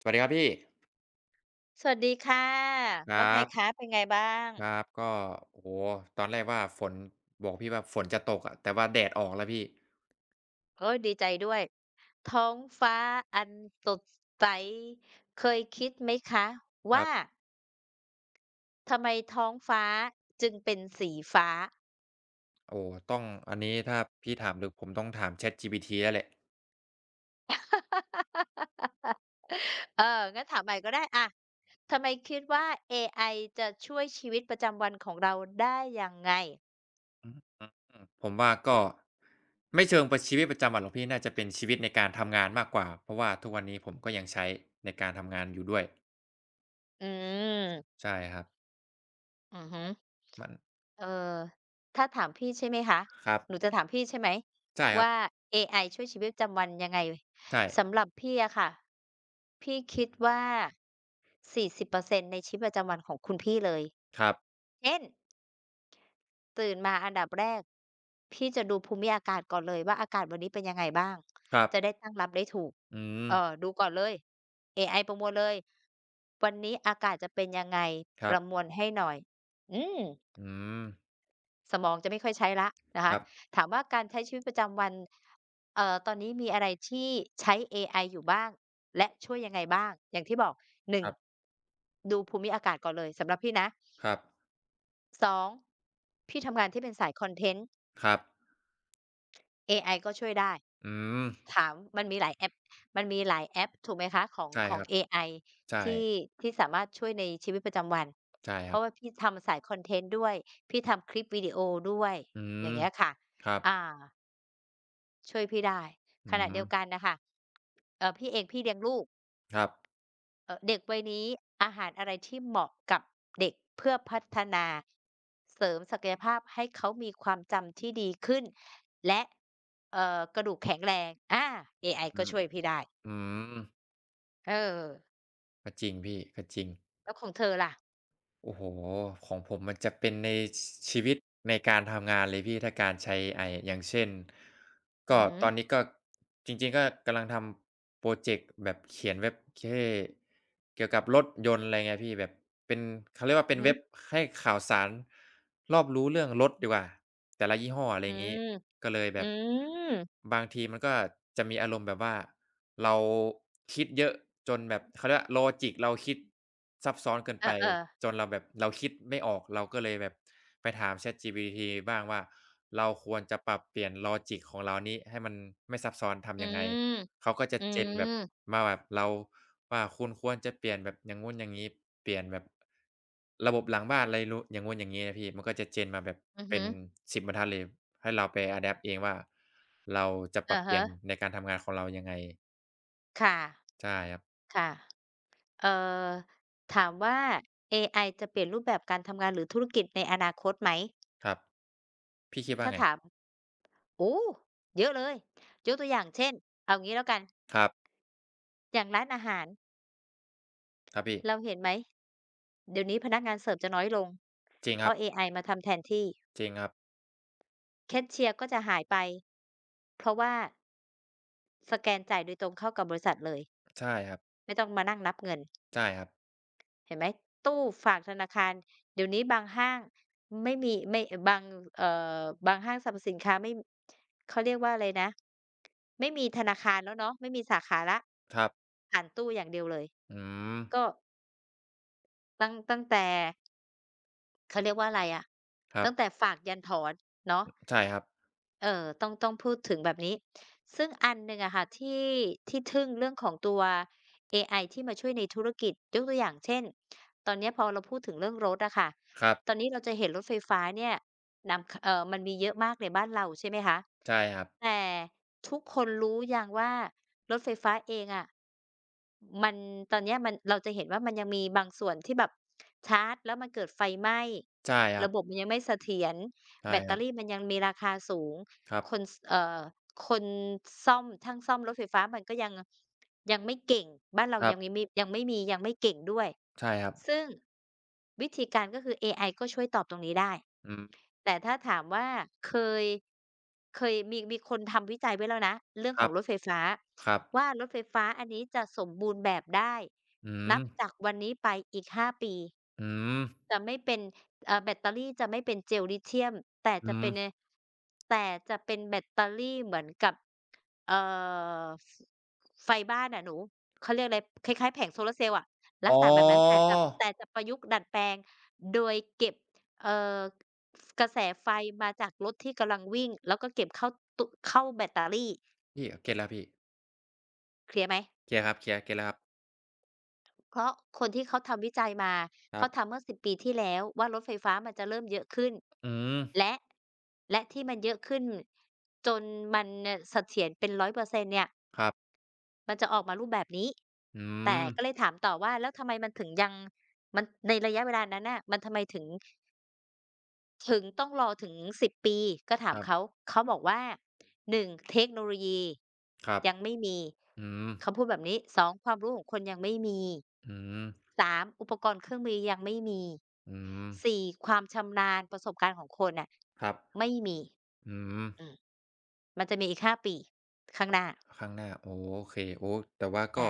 สวัสดีครับพี่สวัสดีค่ะคว่ารัไงบคะเป็นไงบ้างครับก็โอ้โฮตอนแรกว่าฝนบอกพี่ว่าฝนจะตกอะแต่ว่าแดดออกแล้วพี่โอ๊ยดีใจด้วยท้องฟ้าอันสดใสเคยคิดไหมคะครัว่าบทำไมท้องฟ้าจึงเป็นสีฟ้า โอ้ต้องอันนี้ถ้าพี่ถามลึกผมต้องถาม ChatGPT แล้วแหละ เอองั้นถามใหม่ก็ได้อะทำไมคิดว่าเอไอจะช่วยชีวิตประจำวันของเราได้ยังไงอืผมว่าก็ไม่เชิงประชีวิตประจำวันหรอกพี่น่าจะเป็นชีวิตในการทำงานมากกว่าเพราะว่าทุกวันนี้ผมก็ยังใช้ในการทำงานอยู่ด้วยอืมใช่ครับอือฮึ มันเอ่อถ้าถามพี่ใช่ไหมคะครับหนูจะถามพี่ใช่ไหมใช่ครับว่าเอไอช่วยชีวิตประจำวันยังไงใช่สำหรับพี่อะค่ะพี่คิดว่า40%ในชีวิตประจำวันของคุณพี่เลยครับเช่นตื่นมาอันดับแรกพี่จะดูภูมิอากาศก่อนเลยว่าอากาศวันนี้เป็นยังไงบ้างครับจะได้ตั้งรับได้ถูกอืมดูก่อนเลยเอไอประมวลเลยวันนี้อากาศจะเป็นยังไงครัผ่บนให้หน่อยอืม อืมสมองจะไม่ค่อยใช้ละนะคคะรับถามว่าการใช้ชีวิตประจำวันตอนนี้มีอะไรที่ใช้เอไออยู่บ้างและช่วยยังไงบ้างอย่างที่บอกค1รับดูภูมิอากาศก่อนเลยสำหรับพี่นะครับ2พี่ทำงานที่เป็นสายคอนเทนต์ครับเอไอก็ช่วยได้อืม ถามมันมีหลายแอปมันมีหลายแอปถูกไหมคะของใช่ขอคงรับเอไอใช่ที่ที่สามารถช่วยในชีวิตประจำวันใช่เพครัราะบว่าพี่ทำสายคอนเทนต์ด้วยพี่ทำคลิปวิดีโอด้วยอือมย่างเงี้ยค่ะครับอา ช่วยพี่ได้อืขณะมเดียวกันน่ะค่ะพี่เองพี่เลี้ยงลูกครับเด็กวัยนี้อาหารอะไรที่เหมาะกับเด็กเพื่อพัฒนาเสริมศักยภาพให้เขามีความจำที่ดีขึ้นและกระดูกแข็งแรงเอไออืก็มช่วยพี่ได้อืมเออก็จริงพี่ก็จริงแล้วของเธอล่ะโอ้โฮของผมมันจะเป็นในชชีวิตในการทำงานเลยพี่ถ้าการใช้อไออย่างเช่นอือก็ฮึตอนนี้ก็จริงๆก็กำลังทำพรอเจกต์แบบเขียนเว็บเท่เกี่ยวกับรถยนต์อะไรเงี้ยพี่แบบเป็นเขาเรียกว่าอือเป็นฮึเว็บให้ข่าวสารรอบรู้เรื่องรถดีกว่าแต่ละยี่ห้ออะไรอืงี้มก็เลยแบอืบ มบางทีมันก็จะมีอารมณ์แบบว่าเราคิดเยอะจนแบบเขาเรียกว่าลจิกเราคิดซับซ้อนเกินเอไปอจๆนเราแบบเราคิดไม่ออกเราก็เลยแบบไปถาม ChatGPT บ้างว่าเราควรจะปรับเปลี่ยนลอจิกของเรานี้ให้มันไม่ซับซ้อนอืทำยังไงมเขาก็จะอืเจนแบบมมาแบบเราว่าคุณควรจะเปลี่ยนแบบอย่างงู้นอย่างงี้เปลี่ยนแบบระบบหลังบ้านอะไรรู้อย่างงู้นอย่างงี้นะพี่มันก็จะเจนมาแบบอือเป็ฮึน10บบรรทัดเลยให้เราไปอะแดปต์เองว่า เราจะปรัอะบเปลี่ฮะยนในการทำงานของเรายังไงค่ะใช่ครับค่ะ เอ่อถามว่าเอไอจะเปลี่ยนรูปแบบการทำงานหรือธุรกิจในอนาคตไหมครับพี่คิดว่าถ้าไงถามโอ้เยอะเลยยกตัวอย่างเช่นเอางี้แล้วกันครับอย่างร้านอาหารครับพี่เราเห็นไหมเดี๋ยวนี้พนักงานเสิร์ฟจะน้อยลงจริงเพครับราะเอไอมาทำแทนที่จริงครับแคชเชียร์ก็จะหายไปเพราะว่าสแกนจ่ายโดยตรงเข้ากับบริษัทเลยใช่ครับไม่ต้องมานั่งนับเงิน ใช่ครับเห็นไหมตู้ฝากธนาคารเดี๋ยวนี้บางห้างไม่มีไม่บางเอ่อบางห้างสรรพสินค้าไม่เขาเรียกว่าอะไรนะไม่มีธนาคารแล้วเนาะไม่มีสาขาแล้วครับผ่านตู้อย่างเดียวเลยอืมก็ตั้งแต่เขาเรียกว่าอะไรอะครับตั้งแต่ฝากยันถอนเนาะ ใช่ครับเออต้องพูดถึงแบบนี้ ซึ่งอันหนึ่งอะค่ะที่ทึ่งเรื่องของตัวเอไอที่มาช่วยในธุรกิจยกตัวอย่างเช่น ตอนเนี้ยพอเราพูดถึงเรื่องรถอะค่ะครับตอนนี้เราจะเห็นรถไฟฟ้าเนี่ยมันมีเยอะมากในบ้านเราใช่ไหมคะใช่ครับแต่ทุกคนรู้ยังว่ารถไฟฟ้าเองอะ มันตอนเนี้ยมันเราจะเห็นว่ามันยังมีบางส่วนที่แบบชาร์จแล้วมันเกิดไฟไหม้ใช่ครับระบบมันยังไม่เสถียรใช่แบตเตคอรับรี่มันยังมีราคาสูงครับคนสคนซ่อมช่างซ่อมรถไฟฟ้ามันก็ยังไม่เก่งบ้านเราครัยังไม่บมียังไม่มียังไม่เก่งด้วยใช่ครับซึ่งวิธีการก็คือเอไอก็ช่วยตอบตรงนี้ได้ อืมแต่ถ้าถามว่าเคยเคยมีคนทำวิจัยไว้แล้วนะเรื่องคขรัองบรถไฟฟ้าครับว่ารถไฟฟ้าอันนี้จะสมบูรณ์แบบได้อืมนับจากวันนี้ไปอีกห้าปีอืมจะไม่เป็นแบตเตอรี่จะไม่เป็น Gel lithium แต่อืจะมเป็นในแต่จะเป็นแบตเตอรี่เหมือนกับ เอ่อฟไฟบ้านอะหนูเขาเรียกอะไรคล้ายๆแผงโซลาร์เซลล์อะลัอ๋กอษณะแบบนั้นแต่จะแต่จะประยุกต์ดัดแปลงโดยเก็บเอ่อกระแสไฟมาจากรถที่กำลังวิ่งแล้วก็เก็บเข้าเข้าแบตเตอรี่พี่เก็ตแล้วพี่เคลียร์ไหมเคลียร์ครับเคลียร์เก็ตแล้วครับเพราะคนที่เขาทำวิจัยมาครัเขาทำบเมื่อ10ปีที่แล้วว่ารถไฟฟ้ามันจะเริ่มเยอะขึ้นอืมและและที่มันเยอะขึ้นจนมันน่ะเสถียรเป็น100%เปอร์เซ็นต์เนี่ย ครับมันจะออกมารูปแบบนี้อืแต่มก็เลยถามต่อว่าแล้วทำไมมันถึงยังมันในระยะเวลานั้นน่ะมันทำไมถึงถึงต้องรอถึง10 ปีก็ถาคมรัเขาบเขาบอกว่าหนึ่งเทคโนโลยีครับยังไม่มีอืมเขาพูดแบบนี้สองความรู้ของคนยังไม่มีอืม สามอุปกรณ์เครื่องมือยังไม่มีอืมสี่ความชำนาญประสบการณ์ของคนน่ะครับไม่มีอืมอืมมันจะมีอีกห้าปีข้างหน้าข้างหน้าโอเคโอ้แต่ว่าก็อา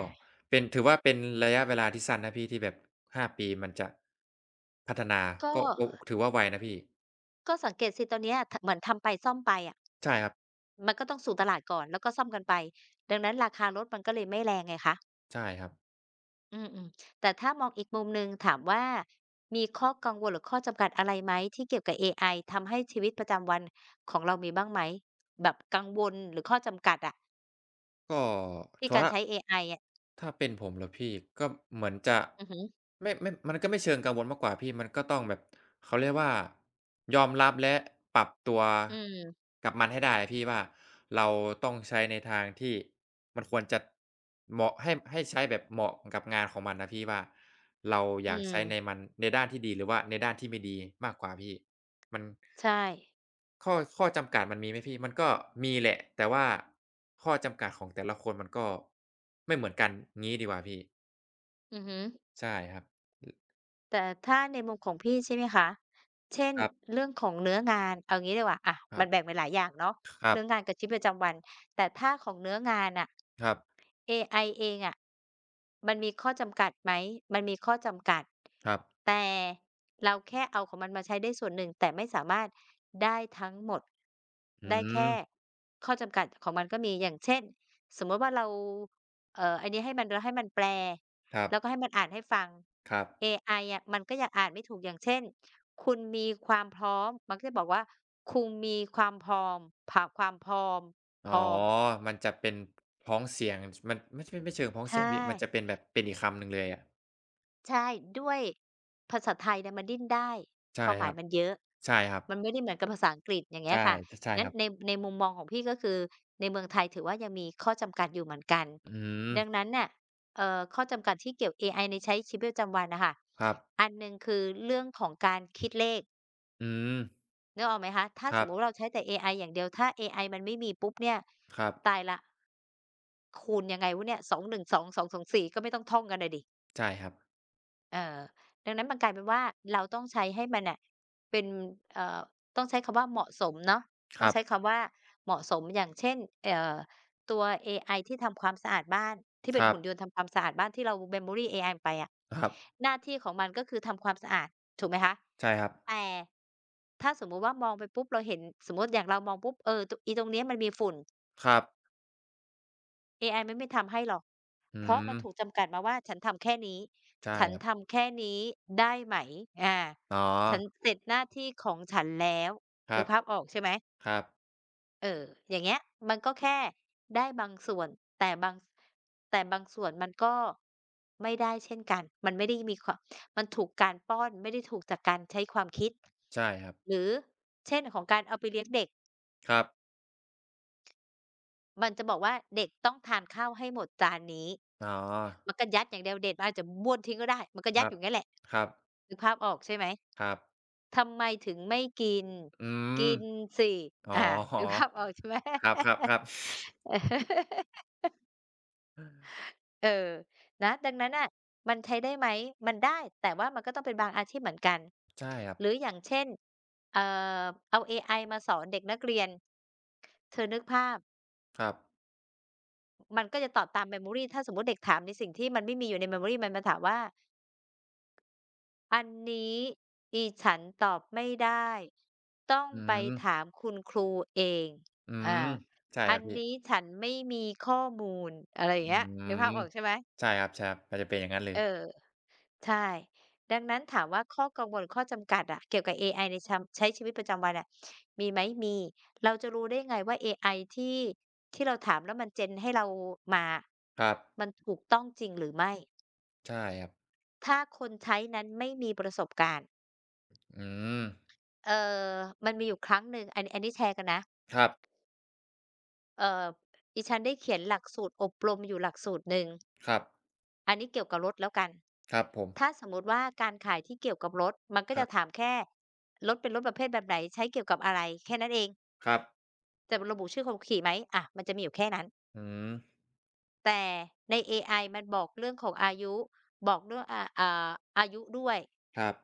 เป็นถือว่าเป็นระยะเวลาที่สั้นนะพี่ที่แบบ5ปีมันจะพัฒนาก็ ก็โอ้ถือว่าไวนะพี่ก็สังเกตสิตอนเนี้ยทเหมือนทำไปซ่อมไปอะใช่ครับมันก็ต้องสู่ตลาดก่อนแล้วก็ซ่อมกันไปดังนั้นราคารถมันก็เลยไม่แรงไงคะใช่ครับอืมๆแต่ถ้ามองอีกมุมหนึ่งถามว่ามีข้อกังวลหรือข้อจำกัดอะไรไหมที่เกี่ยวกับเอไอทำให้ชีวิตประจำวันของเรามีบ้างไหมแบบกังวลหรือข้อจำกัดอะก็ที่ถือการว่า ใช้เอไออะถ้าเป็นผมเหรอพี่ก็เหมือนจะอือฮึไม่ไม่มันก็ไม่เชิงกังวลมากกว่าพี่มันก็ต้องแบบเขาเรียกว่ายอมรับและปรับตัวอืมกับมันให้ได้อะพี่ว่าเราต้องใช้ในทางที่มันควรจะเหมาะให้ให้ใช้แบบเหมาะกับงานของมันนะพี่ว่าเราออืยากใช้ในมมันในด้านที่ดีหรือว่าในด้านที่ไม่ดีมากกว่าพี่มันใช่ข้อข้อจำกัดมันมีไหมพี่มันก็มีแหละแต่ว่าข้อจำกัดของแต่ละคนมันก็ไม่เหมือนกันงี้ดีกว่าพี่ อือฮึ ใช่ครับอแต่ถ้าในมุมของพี่ใช่ไหมคะ เช่นครับเรื่องของเนื้องานเอางี้ดีกว่าอะครัมันแบ่งบเป็นหลายอย่างเนาะครับเรื่องงานกับชีวิตประจำวัน แต่ถ้าของเนื้องานน่ะครับเอไอเองอะมันมีข้อจำกัดไหมมันมีข้อจำกัดครับแต่เราแค่เอาของมันมาใช้ได้ส่วนหนึ่งแต่ไม่สามารถได้ทั้งหมดอืได้แค่มข้อจำกัดของมันก็มีอย่างเช่นสมมุติว่าเราอันนี้ให้มันแล้วให้มันแปล ครับแล้วก็ให้มันอ่านให้ฟังครับเอไออะมันก็ยังอ่านไม่ถูกอย่างเช่น คุณมีความพร้อมมันก็จะบอกว่า คุณมีความพร้อมผะความพร้อมพอ๋อร้อมมันจะเป็นพ้องเสียงชมันไม่ใช่ไม่เชิงพ้องใช่เสียงพี่มันจะเป็นแบบเป็นอีกคำหนึ่งเลยอะใช่ ด้วยภาษาไทยเนี่ยมันดิ้นได้คใช่วามหคมายรับมันเยอะใช่ครับมันไม่ได้เหมือนกับภาษาอังกฤษอย่างเงี้ใช่ยค่ะชใช่งั้คนรับในในมุมมองของพี่ก็คือ ในเมืองไทยถือว่ายังมีข้อจำกัดอยู่เหมือนกันอืมดังนั้นน่ะข้อจำกัดที่เกี่ยวเอไอในใช้ชีวิตประจำวันน่ะค่ะครับอันหนึ่งคือเรื่องของการคิดเลข อืมนึกออกไหมคะถ้าคสรัมบมุติเราใช้แต่เอไออย่างเดียว ถ้าเอไอมันไม่มีปุ๊บเนี่ยครับตายละคูณยังไงวะเนี่ย2 1 2 2 2 4ก็ไม่ต้องท่องกันน่ะดิใช่ครับเออดังนั้นมันกลายเป็นว่าเราต้องใช้ให้มันน่ะเป็นเอ่อต้องใช้คำว่าเหมาะสมเนาะคต้องรัใช้บคำว่าเหมาะสม อย่างเช่นเอ่อตัวเอไอที่ทำความสะอาดบ้าน ที่เป็คนรับหุ่นยนต์ทำความสะอาดบ้านที่เรา memory เอไอไปอะครับหน้าที่ของมันก็คือทำความสะอาดถูกไหมคะ ใช่ครับแต่ถ้าสมมุติว่ามองไปปุ๊บเราเห็นสมมุติอย่างเรามองปุ๊บเออตอีตรงเนี้ยมันมีฝุ่นครับเอไอมันไม่ทำให้หรอกอืเพราะมมันถูกจำกัดมาว่าฉันทำแค่นี้ใช่ฉันครับทำแค่นี้ได้ไหมอาอ๋อฉันเสร็จหน้าที่ของฉันแล้วคนึรักบภาพออกใช่ไหม ครับเอออย่างเงี้ยมันก็แค่ได้บางส่วน แต่บางแต่บางส่วนมันก็ไม่ได้เช่นกัน มันไม่ได้มีความมันถูกการป้อน ไม่ได้ถูกจากการใช้ความคิด ใช่ครับหรือเช่นของการเอาไปเลี้ยงเด็ก ครับมันจะบอกว่าเด็กต้องทานข้าวให้หมดจานนี้อ๋อมันก็ยัดอย่างเดียวเด็กมันอาจจะบ้วนทิ้งก็ได้ มันก็คยัดรัอบยู่งั้นแหละครับนึกภาพออกใช่ไหมครับ ทำไมถึงไม่กินอืมกินสิอ๋อ อานึกภาพออกใช่ไหม ครับๆบครับเออ เออนะดังนั้นน่ะมันใช้ได้ไหม มันได้ แต่ว่ามันก็ต้องเป็นบางอาชีพเหมือนกันใช่ครับหรืออย่างเช่นเอ่อเอาเอไอมาสอนเด็กนักเรียน เธอนึกภาพ ครับมันก็จะตอบตาม memory ถ้าสมมุติเด็กถามในสิ่งที่มันไม่มีอยู่ใน memory มันมาถามว่าอันนี้ดิฉันตอบไม่ได้ต้องอืไปมถามคุณครูเองอือ่ามใช่อัครันบพี่นี้ฉันไม่มีข้อมูลอะไรออืย่างเงี้ยนึกภามพออกใช่ไหมใช่ครับๆมันจะเป็นอย่างนั้นเลยเออ ใช่ดังนั้นถามว่าข้อกังวลข้อจำกัดอะเกี่ยวกับเอไอในชำใช้ชีวิตประจำวันอะมีไหมมีเราจะรู้ได้ไงว่าเอไอที่ที่เราถามแล้วมันเจนให้เรามาอะครับมันถูกต้องจริงหรือไม่ใช่ครับถ้าคนใช้นั้นไม่มีประสบการณ์อืมเอ่อมันมีอยู่ครั้งหนึ่งอันนี้แชร์กันนะครับเอ่อดิฉันได้เขียนหลักสูตรอบรมอยู่หลักสูตรหนึ่ง ครับอันนี้เกี่ยวกับรถแล้วกันครับผมถ้าสมมุติว่าการขายที่เกี่ยวกับรถ มันก็คจะรับถามแค่รถเป็นรถประเภทแบบไหนใช้เกี่ยวกับอะไรแค่นั้นเองครับจะระบุชื่อคนขี่ไหมอะมันจะมีอยู่แค่นั้น อืมแต่ในเอไอมันบอกเรื่องของอายุบอกเรื่องอายุด้วย ครับ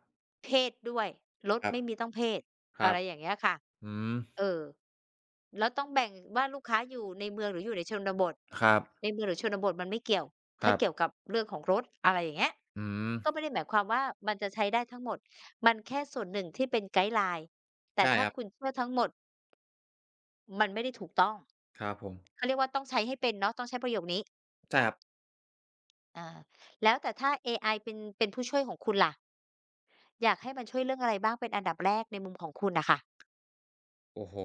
เพศด้วยรถครับไม่มีต้องเพศคอะรัไรบอย่างเงี้ยค่ะอืมเออแล้วต้องแบ่งว่าลูกค้าอยู่ในเมืองหรืออยู่ในชนบทครับในเมืองหรือชนบทมันไม่เกี่ยวคถ้ารัเกี่ยวบกับเรื่องของรถอะไรอย่างเงี้ยอืมก็ไม่ได้หมายความว่ามันจะใช้ได้ทั้งหมดมันแค่ส่วนหนึ่งที่เป็นไกด์ไลน์แต่ใช่ถ้าครับคุณเชื่อทั้งหมดมันไม่ได้ถูกต้องครับผมเขาเรียกว่าต้องใช้ให้เป็นเนาะต้องใช้ประโยคนี้ใช่ครับ อาแล้วแต่ถ้าเอไอเป็นผู้ช่วยของคุณล่ะอยากให้มันช่วยเรื่องอะไรบ้างเป็นอันดับแรกในมุมของคุณน่ะค่ะโอ้โฮ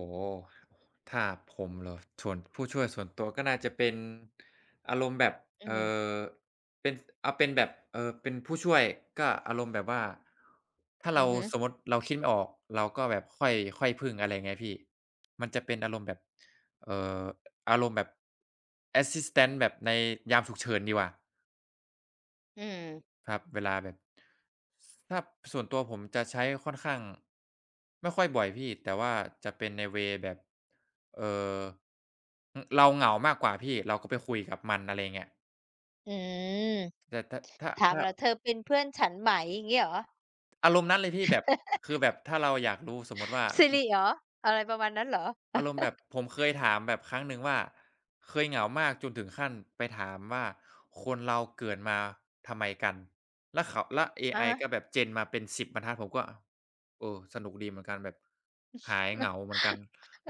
ถ้าผมเหรอส่วนผู้ช่วยส่วนตัวก็น่าจะเป็นอารมณ์แบบอืเอ่ม อเป็นเอาเป็นแบบเป็นผู้ช่วยก็อารมณ์แบบว่าถ้าอืเราอฮึสมมุติเราคิดไม่ออกเราก็แบบค่อยค่อยพึ่งอะไรอย่างเงี้ยพี่มันจะเป็นอารมณ์แบบเอ่ออารมณ์แบบแอสซิสแตนต์แบบในยามฉุกเฉินดีกว่า อืมครับเวลาแบบถ้าส่วนตัวผมจะใช้ค่อนข้างไม่ค่อยบ่อยพี่แต่ว่าจะเป็นในเวย์แบบเอ่ออือเราเหงามากกว่าพี่เราก็ไปคุยกับมันอะไรอย่างเงี้ยอืมแต่ถามถ้าเหรอเธอเป็นเพื่อนฉันไหมอย่างงี้เหรออารมณ์นั้นเลยพี่แบบคือแบบถ้าเราอยากรู้สมมุติว่า สิริเหรออะไรประมาณนั้นเหรอ อารมณ์แบ บผมเคยถามแบบครั้งหนึ่งว่าเคยเหงามากจนถึงขั้นไปถามว่าคนเราเกิดมาทำไมกัน แล้วเขาแล้วเออะไอฮะ ก็แบบ gen มาเป็น10บบรรทัดผมก็เออสนุกดีเหมือนกันแบบหายเหงาเหมือนกัน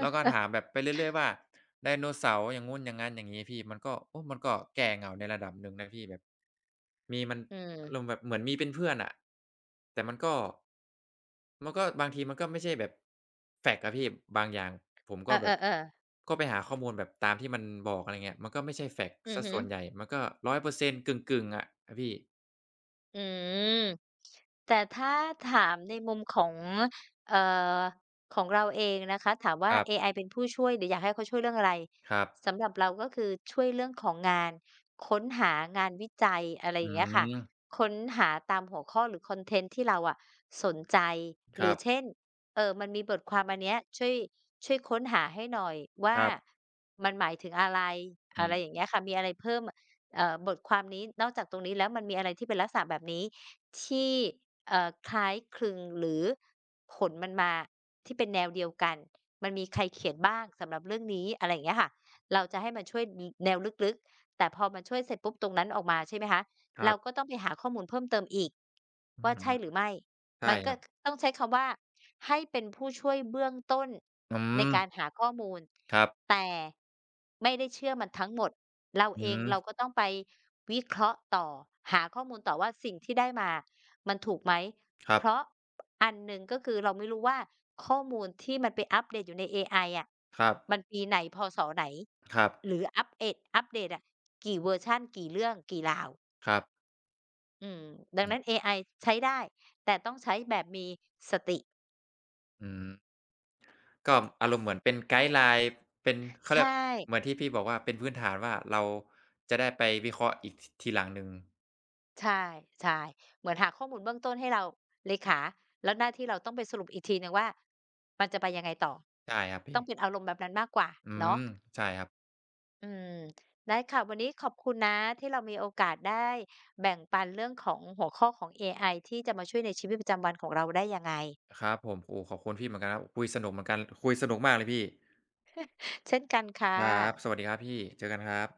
แล้วก็ถามแบ บไปเรื่อยๆว่าไดโนเสาร์อย่างงู้นอย่างงั้นอย่างงี้พี่มันก็โอ้มันก็แก้เหงาในระดับหนึ่งนะพี่แบบมีมันอือารมณ์มแบบเหมือนมีเป็นเพื่อนอะแต่มันก็มันก็บางทีมันก็ไม่ใช่แบบแฟกต์อะพี่บางอย่างผมเอก็แบบอๆๆก็ไปหาข้อมูลแบบตามที่มันบอกอะไรเงี้ยมันก็ไม่ใช่แฟกต์อืเสีอยฮึส่วนใหญ่มันก็100%กึ่งๆอะครับพี่อืม แต่ถ้าถามในมุมของเอ่อของเราเองนะคะถามว่าครัเอไอบเป็นผู้ช่วยหรืออยากให้เขาช่วยเรื่องอะไรครับสำหรับเราก็คือช่วยเรื่องของงานค้นหางานวิจัยอะไรออืย่างเงี้ยค่ะมค้นหาตามหัวข้อหรือคอนเทนต์ที่เราอะสนใจหครืรัอบเช่นมันมีบทความอันเนี้ยช่วยช่วยค้นหาให้หน่อยคว่ารับมันหมายถึงอะไรอือะมไรอย่างเงี้ยค่ะมีอะไรเพิ่มบทความนี้นอกจากตรงนี้แล้วมันมีอะไรที่เป็นลักษณะแบบนี้ ที่คล้ายคลึงหรือผลมันมาที่เป็นแนวเดียวกันมันมีใครเขียนบ้างสำหรับเรื่องนี้อะไรอย่างเงี้ยค่ะเราจะให้มันช่วยนแนวลึกๆแต่พอมันช่วยเสร็จปุ๊บตรงนั้นออกมาใช่ไหมคะครัเราก็บต้องไปหาข้อมูลเพิ่มเติมอีกอือว่าใช่ฮึหรือไม่มัใช่นคก็รับต้องใช้คำว่าให้เป็นผู้ช่วยเบื้องต้นอืในมการหาข้อมูลครับแต่ไม่ได้เชื่อมันทั้งหมด เราเออืงม เราก็ต้องไปวิเคราะห์ต่อหาข้อมูลต่อว่าสิ่งที่ได้มามันถูกไหมครัเพราะบอันหนึ่งก็คือเราไม่รู้ว่าข้อมูลที่มันไปอัปเดตอยู่ในเอไออะครับมันปีไหนพศไหนครับหรืออัปเดตอะกี่เวอร์ชันกี่เรื่องกี่ราวครับอืมดังอืนั้นเอมไอใช้ได้แต่ต้องใช้แบบมีสติอืมก็อารมณ์เหมือนเป็นไกด์ไลน์เป็นเขาเรีใช่ ยกเหมือนที่พี่บอกว่าเป็นพื้นฐานว่าเราจะได้ไปวิเคราะห์อีกททีหลังหนึ่งใช่ใช่เหมือนหาข้อมูลเบื้องต้นให้เราเลขาแล้วหน้าที่เราต้องไปสรุปอีกทีหนึ่งว่ามันจะไปยังไงต่อใช่ครับต้พี่องเป็นอารมณ์แบบนั้นมากกว่าอืเนาะมใช่ครับอืมได้ค่ะวันนี้ขอบคุณนะที่เรามีโอกาสได้แบ่งปันเรื่องของหัวข้อของเอไอที่จะมาช่วยในชีวิตประจำวันของเราได้ยังไงครับผมโอ้ขอบคุณพี่เหมือนกันครับคุยสนุกเหมือนกันคุยสนุกมากเลยพี่เช่นกันค่ครับสะวัสดีครับพี่เจอกันครับ